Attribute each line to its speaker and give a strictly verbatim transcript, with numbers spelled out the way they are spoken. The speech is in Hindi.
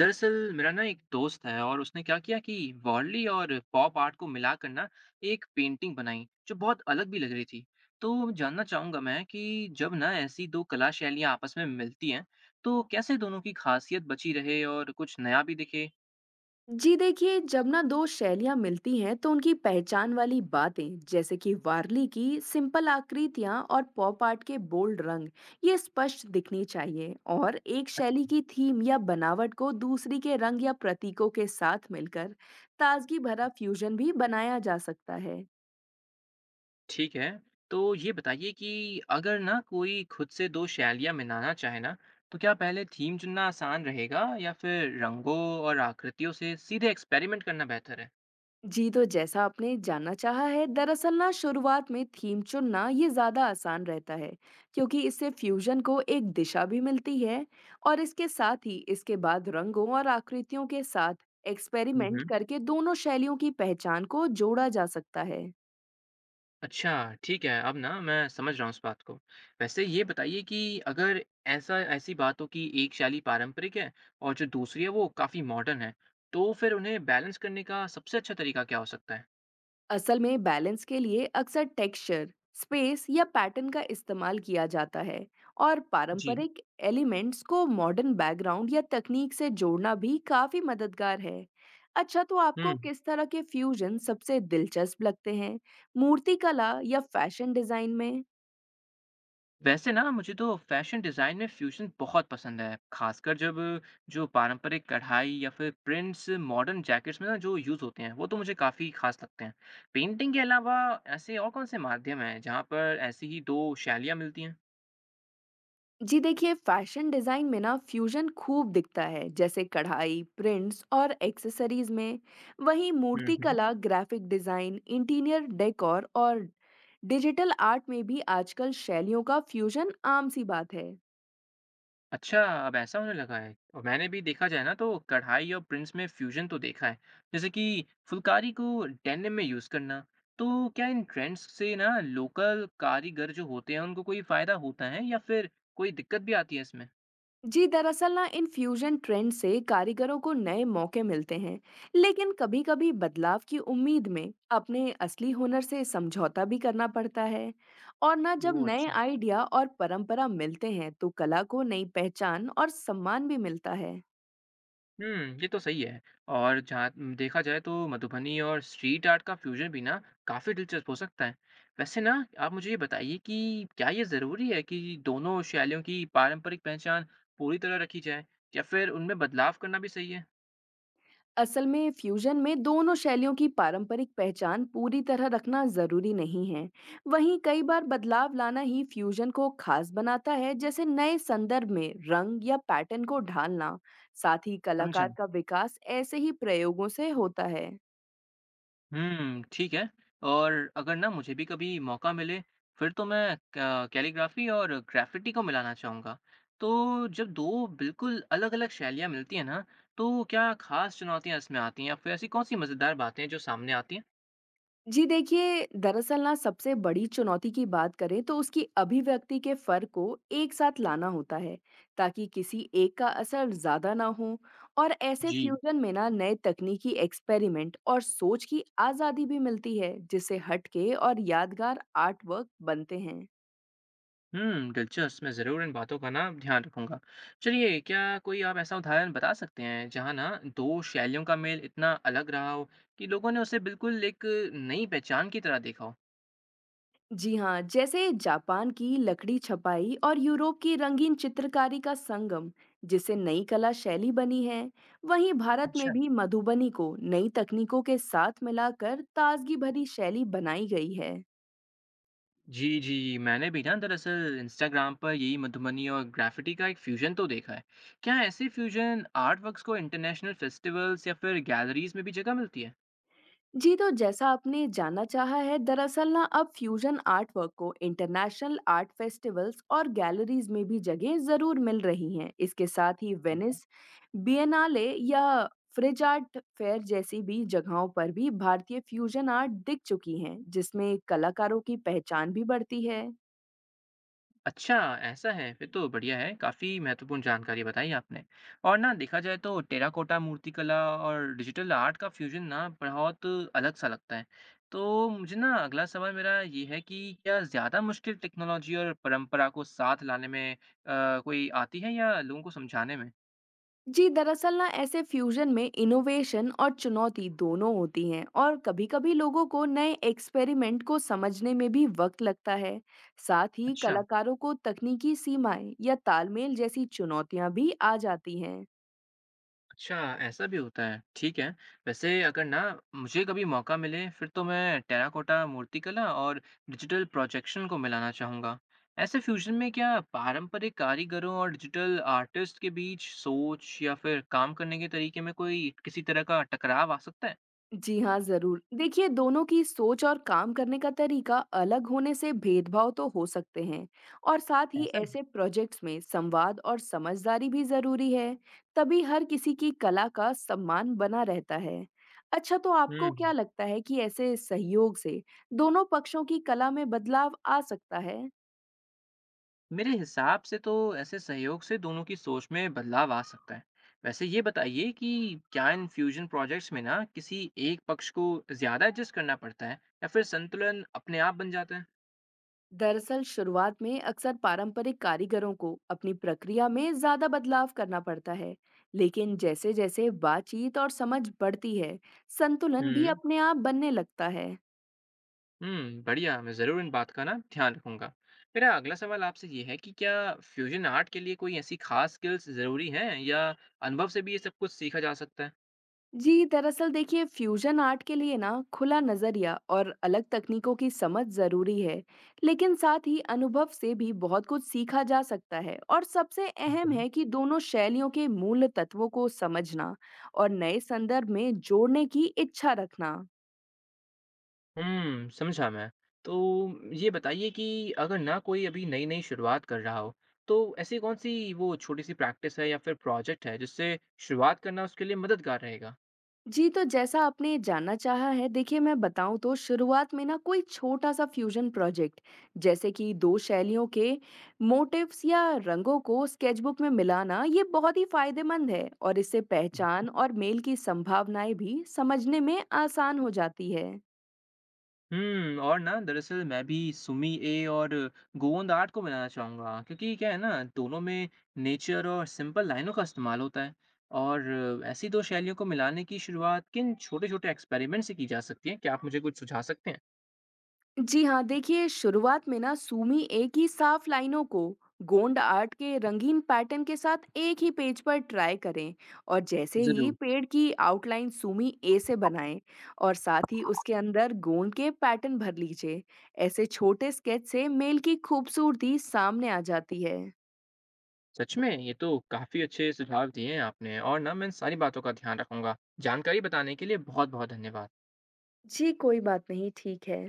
Speaker 1: दरअसल मेरा ना एक दोस्त है और उसने क्या किया कि वॉर्ली और पॉप आर्ट को मिलाकर ना एक पेंटिंग बनाई जो बहुत अलग भी लग रही थी। तो जानना चाहूंगा मैं कि जब ना ऐसी दो कला शैलियां आपस में मिलती हैं तो कैसे दोनों की खासियत बची रहे और कुछ नया भी दिखे।
Speaker 2: जी देखिए, जब ना दो शैलियाँ मिलती हैं तो उनकी पहचान वाली बातें जैसे कि वारली की सिंपल आकृतियाँ और पॉप आर्ट के बोल्ड रंग ये स्पष्ट दिखनी चाहिए। और एक शैली की थीम या बनावट को दूसरी के रंग या प्रतीकों के साथ मिलकर ताजगी भरा फ्यूजन भी बनाया जा सकता है।
Speaker 1: ठीक है। तो ये बताइए कि अगर ना कोई खुद से दो शैलियां मिलाना चाहे ना, तो क्या पहले थीम चुनना आसान रहेगा या फिर रंगों और आकृतियों से सीधे एक्सपेरिमेंट करना बेहतर
Speaker 2: जी, तो जैसा आपने जानना चाहा है, दरअसल ना शुरुआत में थीम चुनना ये ज़्यादा आसान रहता है, क्योंकि इससे फ्यूजन को एक दिशा भी मिलती है। और इसके साथ ही इसके बाद रंगों और आकृतियों के साथ एक्सपेरिमेंट
Speaker 1: है।
Speaker 2: करके दोनों शैलियों की पहचान को जोड़ा जा सकता है।
Speaker 1: अच्छा, ठीक है। अब ना मैं समझ रहा हूँ इस बात को। वैसे ये बताइए कि अगर ऐसा ऐसी बात हो कि एक शैली पारंपरिक है और जो दूसरी है वो काफ़ी मॉडर्न है, तो फिर उन्हें बैलेंस करने का सबसे अच्छा तरीका क्या हो सकता है?
Speaker 2: असल में बैलेंस के लिए अक्सर टेक्सचर, स्पेस या पैटर्न का इस्तेमाल किया जाता है, और
Speaker 1: जी।
Speaker 2: पारंपरिक एलिमेंट्स को मॉडर्न बैकग्राउंड या तकनीक से जोड़ना भी काफी मददगार है। अच्छा, तो आपको
Speaker 1: हुँ।
Speaker 2: किस तरह के फ्यूजन सबसे दिलचस्प लगते हैं, मूर्ति कला या फैशन डिजाइन में?
Speaker 1: वैसे ना मुझे तो फैशन डिज़ाइन में फ्यूज़न बहुत पसंद है, ख़ासकर जब जो पारंपरिक कढ़ाई या फिर प्रिंट्स मॉडर्न जैकेट्स में ना जो यूज़ होते हैं, वो तो मुझे काफ़ी ख़ास लगते हैं। पेंटिंग के अलावा ऐसे और कौन से माध्यम हैं जहाँ पर ऐसी ही दो शैलियाँ मिलती हैं?
Speaker 2: जी देखिए, फैशन डिजाइन में ना फ्यूजन खूब दिखता है, जैसे कढ़ाई, प्रिंट्स और एक्सेसरीज में। वहीं
Speaker 1: हुँ, हुँ।
Speaker 2: मूर्तिकला, ग्राफिक डिजाइन, इंटीरियर डेकोर और डिजिटल आर्ट में भी आजकल शैलियों का फ्यूजन आम सी बात है।
Speaker 1: अच्छा, अब ऐसा होने लगा है। और मैंने भी देखा जाए ना तो कढ़ाई और प्रिंट्स में फ्यूजन तो देखा है। जैसे कि फुलकारी को डेनिम में यूज़ करना। तो क्या इन ट्रेंड्स से ना लोकल कारीगर जो होते हैं उनको कोई फ़ायदा होता है या फिर कोई दिक्कत भी आती है इसमें?
Speaker 2: जी दरअसल ना इन फ्यूजन ट्रेंड से कारीगरों को नए मौके मिलते हैं, लेकिन कभी-कभी बदलाव की उम्मीद में अपने असली हुनर से समझौता भी करना पड़ता है। और ना जब
Speaker 1: ओह!
Speaker 2: नए
Speaker 1: अच्छा।
Speaker 2: आइडिया और परंपरा मिलते हैं तो कला को नई पहचान और सम्मान भी मिलता है।
Speaker 1: हुँ, ये तो सही है। और जहाँ उम, देखा जाए तो मधुबनी और स्ट्रीट आर्ट का फ्यूज़न भी ना काफ़ी दिलचस्प हो सकता है। वैसे ना आप मुझे ये बताइए कि क्या ये ज़रूरी है कि दोनों शैलियों की पारंपरिक पहचान पूरी तरह रखी जाए या फिर उनमें बदलाव करना भी सही है?
Speaker 2: असल में फ्यूजन में दोनों शैलियों की पारंपरिक पहचान पूरी तरह रखना जरूरी नहीं है। वहीं कई बार बदलाव लाना ही फ्यूजन को खास बनाता है, जैसे नए संदर्भ में रंग या पैटर्न को ढालना। साथ ही
Speaker 1: समझा।
Speaker 2: कलाकार का विकास ऐसे ही प्रयोगों से होता है।
Speaker 1: हुँ, ठीक है। और अगर ना मुझे भी कभी मौका मिले, फिर तो मैं क कैलीग्राफ़ी और ग्राफ़िटी को मिलाना चाहूँगा। तो जब दो बिल्कुल अलग-अलग शैलियाँ मिलती हैं ना, तो क्या ख़ास चुनौतियाँ इसमें आती हैं या फिर ऐसी कौन-सी मज़ेदार बातें हैं जो सामने आती हैं?
Speaker 2: जी देखिए, दरअसल ना सबसे बड़ी चुनौती की बात करें तो उसकी अभिव्यक्ति के फर्क को एक साथ लाना होता है, ताकि किसी एक का असर ज्यादा ना हो। और ऐसे
Speaker 1: जी।
Speaker 2: फ्यूजन में ना नए तकनीकी एक्सपेरिमेंट और सोच की आजादी भी मिलती है, जिससे हटके और यादगार आर्ट वर्क बनते हैं।
Speaker 1: हुँ, दिलचस्प। मैं ज़रूर इन बातों का ना ध्यान रखूँगा। चलिए, क्या कोई आप ऐसा उदाहरण बता सकते हैं, जहाँ ना दो शैलियों का मेल इतना अलग रहा हो कि लोगों ने उसे बिल्कुल एक नई पहचान की तरह देखा हो?
Speaker 2: जी हाँ, जैसे जापान की लकड़ी छपाई और यूरोप की रंगीन चित्रकारी का संगम, जिससे नई कला शैली बनी है। वहीं भारत में भी मधुबनी को नई तकनीकों के साथ मिलाकर ताजगी भरी शैली बनाई गई है।
Speaker 1: जी, जी। मैंने भी ना दरअसल इंस्टाग्राम पर यही मधुबनी और ग्राफ़िटी का एक फ्यूज़न तो देखा है। क्या ऐसे फ्यूज़न आर्ट वर्क्स को इंटरनेशनल फेस्टिवल्स या फिर गैलरीज़ में भी जगह मिलती है?
Speaker 2: जी, तो जैसा आपने जानना चाहा है, दरअसल ना अब फ्यूजन आर्ट वर्क को इंटरनेशनल आर्ट फेस्टिवल्स और गैलरीज में भी जगह जरूर मिल रही हैं। इसके साथ ही वेनिस बियनाले या फ्रिज आर्ट फेयर जैसी भी जगहों पर भी भारतीय फ्यूजन आर्ट दिख चुकी हैं, जिसमें कलाकारों की पहचान भी बढ़ती है।
Speaker 1: अच्छा, ऐसा है। फिर तो बढ़िया है। काफ़ी महत्वपूर्ण जानकारी बताई आपने। और ना देखा जाए तो टेराकोटा मूर्तिकला और डिजिटल आर्ट का फ्यूज़न ना बहुत अलग-सा लगता है। तो मुझे ना अगला सवाल मेरा ये है कि क्या ज़्यादा मुश्किल टेक्नोलॉजी और परंपरा को साथ लाने में अ, कोई आती है या लोगों को समझाने में?
Speaker 2: जी दरअसल ना ऐसे फ्यूजन में इनोवेशन और चुनौती दोनों होती हैं, और कभी-कभी लोगों को नए एक्सपेरिमेंट को समझने में भी वक्त लगता है। साथ ही
Speaker 1: अच्छा,
Speaker 2: कलाकारों को तकनीकी सीमाएं या तालमेल जैसी चुनौतियां भी आ जाती हैं।
Speaker 1: अच्छा, ऐसा भी होता है, ठीक है। वैसे अगर ना मुझे कभी मौका मिले फिर तो मैं टेराकोटा मूर्तिकला और डिजिटल प्रोजेक्शन को मिलाना चाहूँगा। ऐसे फ्यूजन में क्या पारंपरिक कारीगरों और डिजिटल आर्टिस्ट के बीच सोच या फिर काम करने के तरीके में कोई किसी तरह का टकराव आ सकता है?
Speaker 2: जी हाँ, ज़रूर। देखिए, दोनों की सोच और काम करने का तरीका अलग होने से भेदभाव तो हो सकते हैं, और साथ ही
Speaker 1: ऐसा?
Speaker 2: ऐसे प्रोजेक्ट्स में संवाद और समझदारी भी ज़रूरी है, तभी हर किसी की कला का सम्मान बना रहता है। अच्छा, तो आपको
Speaker 1: हुँ।
Speaker 2: क्या लगता है कि ऐसे सहयोग से दोनों पक्षों की कला में बदलाव आ सकता है?
Speaker 1: मेरे हिसाब से तो ऐसे सहयोग से दोनों की सोच में बदलाव आ सकता है। वैसे ये बताइए कि क्या इन फ्यूजन प्रोजेक्ट्स में ना किसी एक पक्ष को ज़्यादा एडजस्ट करना पड़ता है या फिर संतुलन अपने आप बन जाता है?
Speaker 2: दरअसल शुरुआत में अक्सर पारंपरिक कारीगरों को अपनी प्रक्रिया में ज्यादा बदलाव करना पड़ता है, लेकिन जैसे जैसे बातचीत और समझ बढ़ती है, संतुलन भी
Speaker 1: हम्म।
Speaker 2: अपने आप बनने लगता है।
Speaker 1: हम्म, बढ़िया। मैं ज़रूर इन बात का ना ध्यान रखूंगा। मेरा अगला सवाल आपसे ये है कि क्या फ्यूजन आर्ट के लिए कोई ऐसी खास स्किल्स ज़रूरी हैं या अनुभव से भी ये सब कुछ सीखा जा सकता
Speaker 2: जी दरअसल देखिए, फ्यूजन आर्ट के लिए ना खुला नजरिया और अलग तकनीकों की समझ जरूरी है, लेकिन साथ ही अनुभव से भी बहुत कुछ सीखा जा सकता है। और सबसे
Speaker 1: है?
Speaker 2: अहम है कि दोनों शैलियों के मूल तत्वों को समझना और नए संदर्भ में जोड़ने की इच्छा रखना।
Speaker 1: हुँ, समझा मैं। तो ये बताइए कि अगर ना कोई अभी नई-नई शुरुआत कर रहा हो, तो ऐसी कौन-सी वो छोटी-सी प्रैक्टिस है या फिर प्रोजेक्ट है जिससे शुरुआत करना उसके लिए मददगार रहेगा?
Speaker 2: जी, तो जैसा आपने जानना चाहा है, देखिए, मैं बताऊँ तो शुरुआत में ना कोई छोटा-सा फ्यूज़न प्रोजेक्ट, जैसे कि दो शैलियों के मोटिव्स या रंगों को स्केचबुक में मिलाना, ये बहुत ही फ़ायदेमंद है। और इससे पहचान और मेल की संभावनाएँ भी समझने में आसान हो जाती है।
Speaker 1: हुँ, और ना दरअसल मैं भी सुमी ए और गोंद आर्ट को बनाना चाहूँगा क्योंकि क्या है ना दोनों में नेचर और सिंपल लाइनों का इस्तेमाल होता है। और ऐसी दो शैलियों को मिलाने की शुरुआत किन छोटे-छोटे एक्सपेरिमेंट से की जा सकती है? क्या आप मुझे कुछ सुझा सकते हैं?
Speaker 2: जी हाँ, देखिए, शुरुआत में ना सूमी एक ही साफ लाइनों को गोंड आर्ट के रंगीन पैटर्न के साथ एक ही पेज पर ट्राई करें। और जैसे ही
Speaker 1: ज़रूर।
Speaker 2: पेड़ की आउटलाइन सूमी ए से बनाएं और साथ ही उसके अंदर गोंद के पैटर्न भर लीजिए, ऐसे छोटे स्केच से मेल की खूबसूरती सामने आ जाती है।
Speaker 1: सच में ये तो काफी अच्छे सुझाव दिए हैं आपने और ना मैं इन सारी बातों का ध्यान रखूंगा। जानकारी बताने के लिए बहुत बहुत धन्यवाद।
Speaker 2: जी, कोई बात नहीं, ठीक है।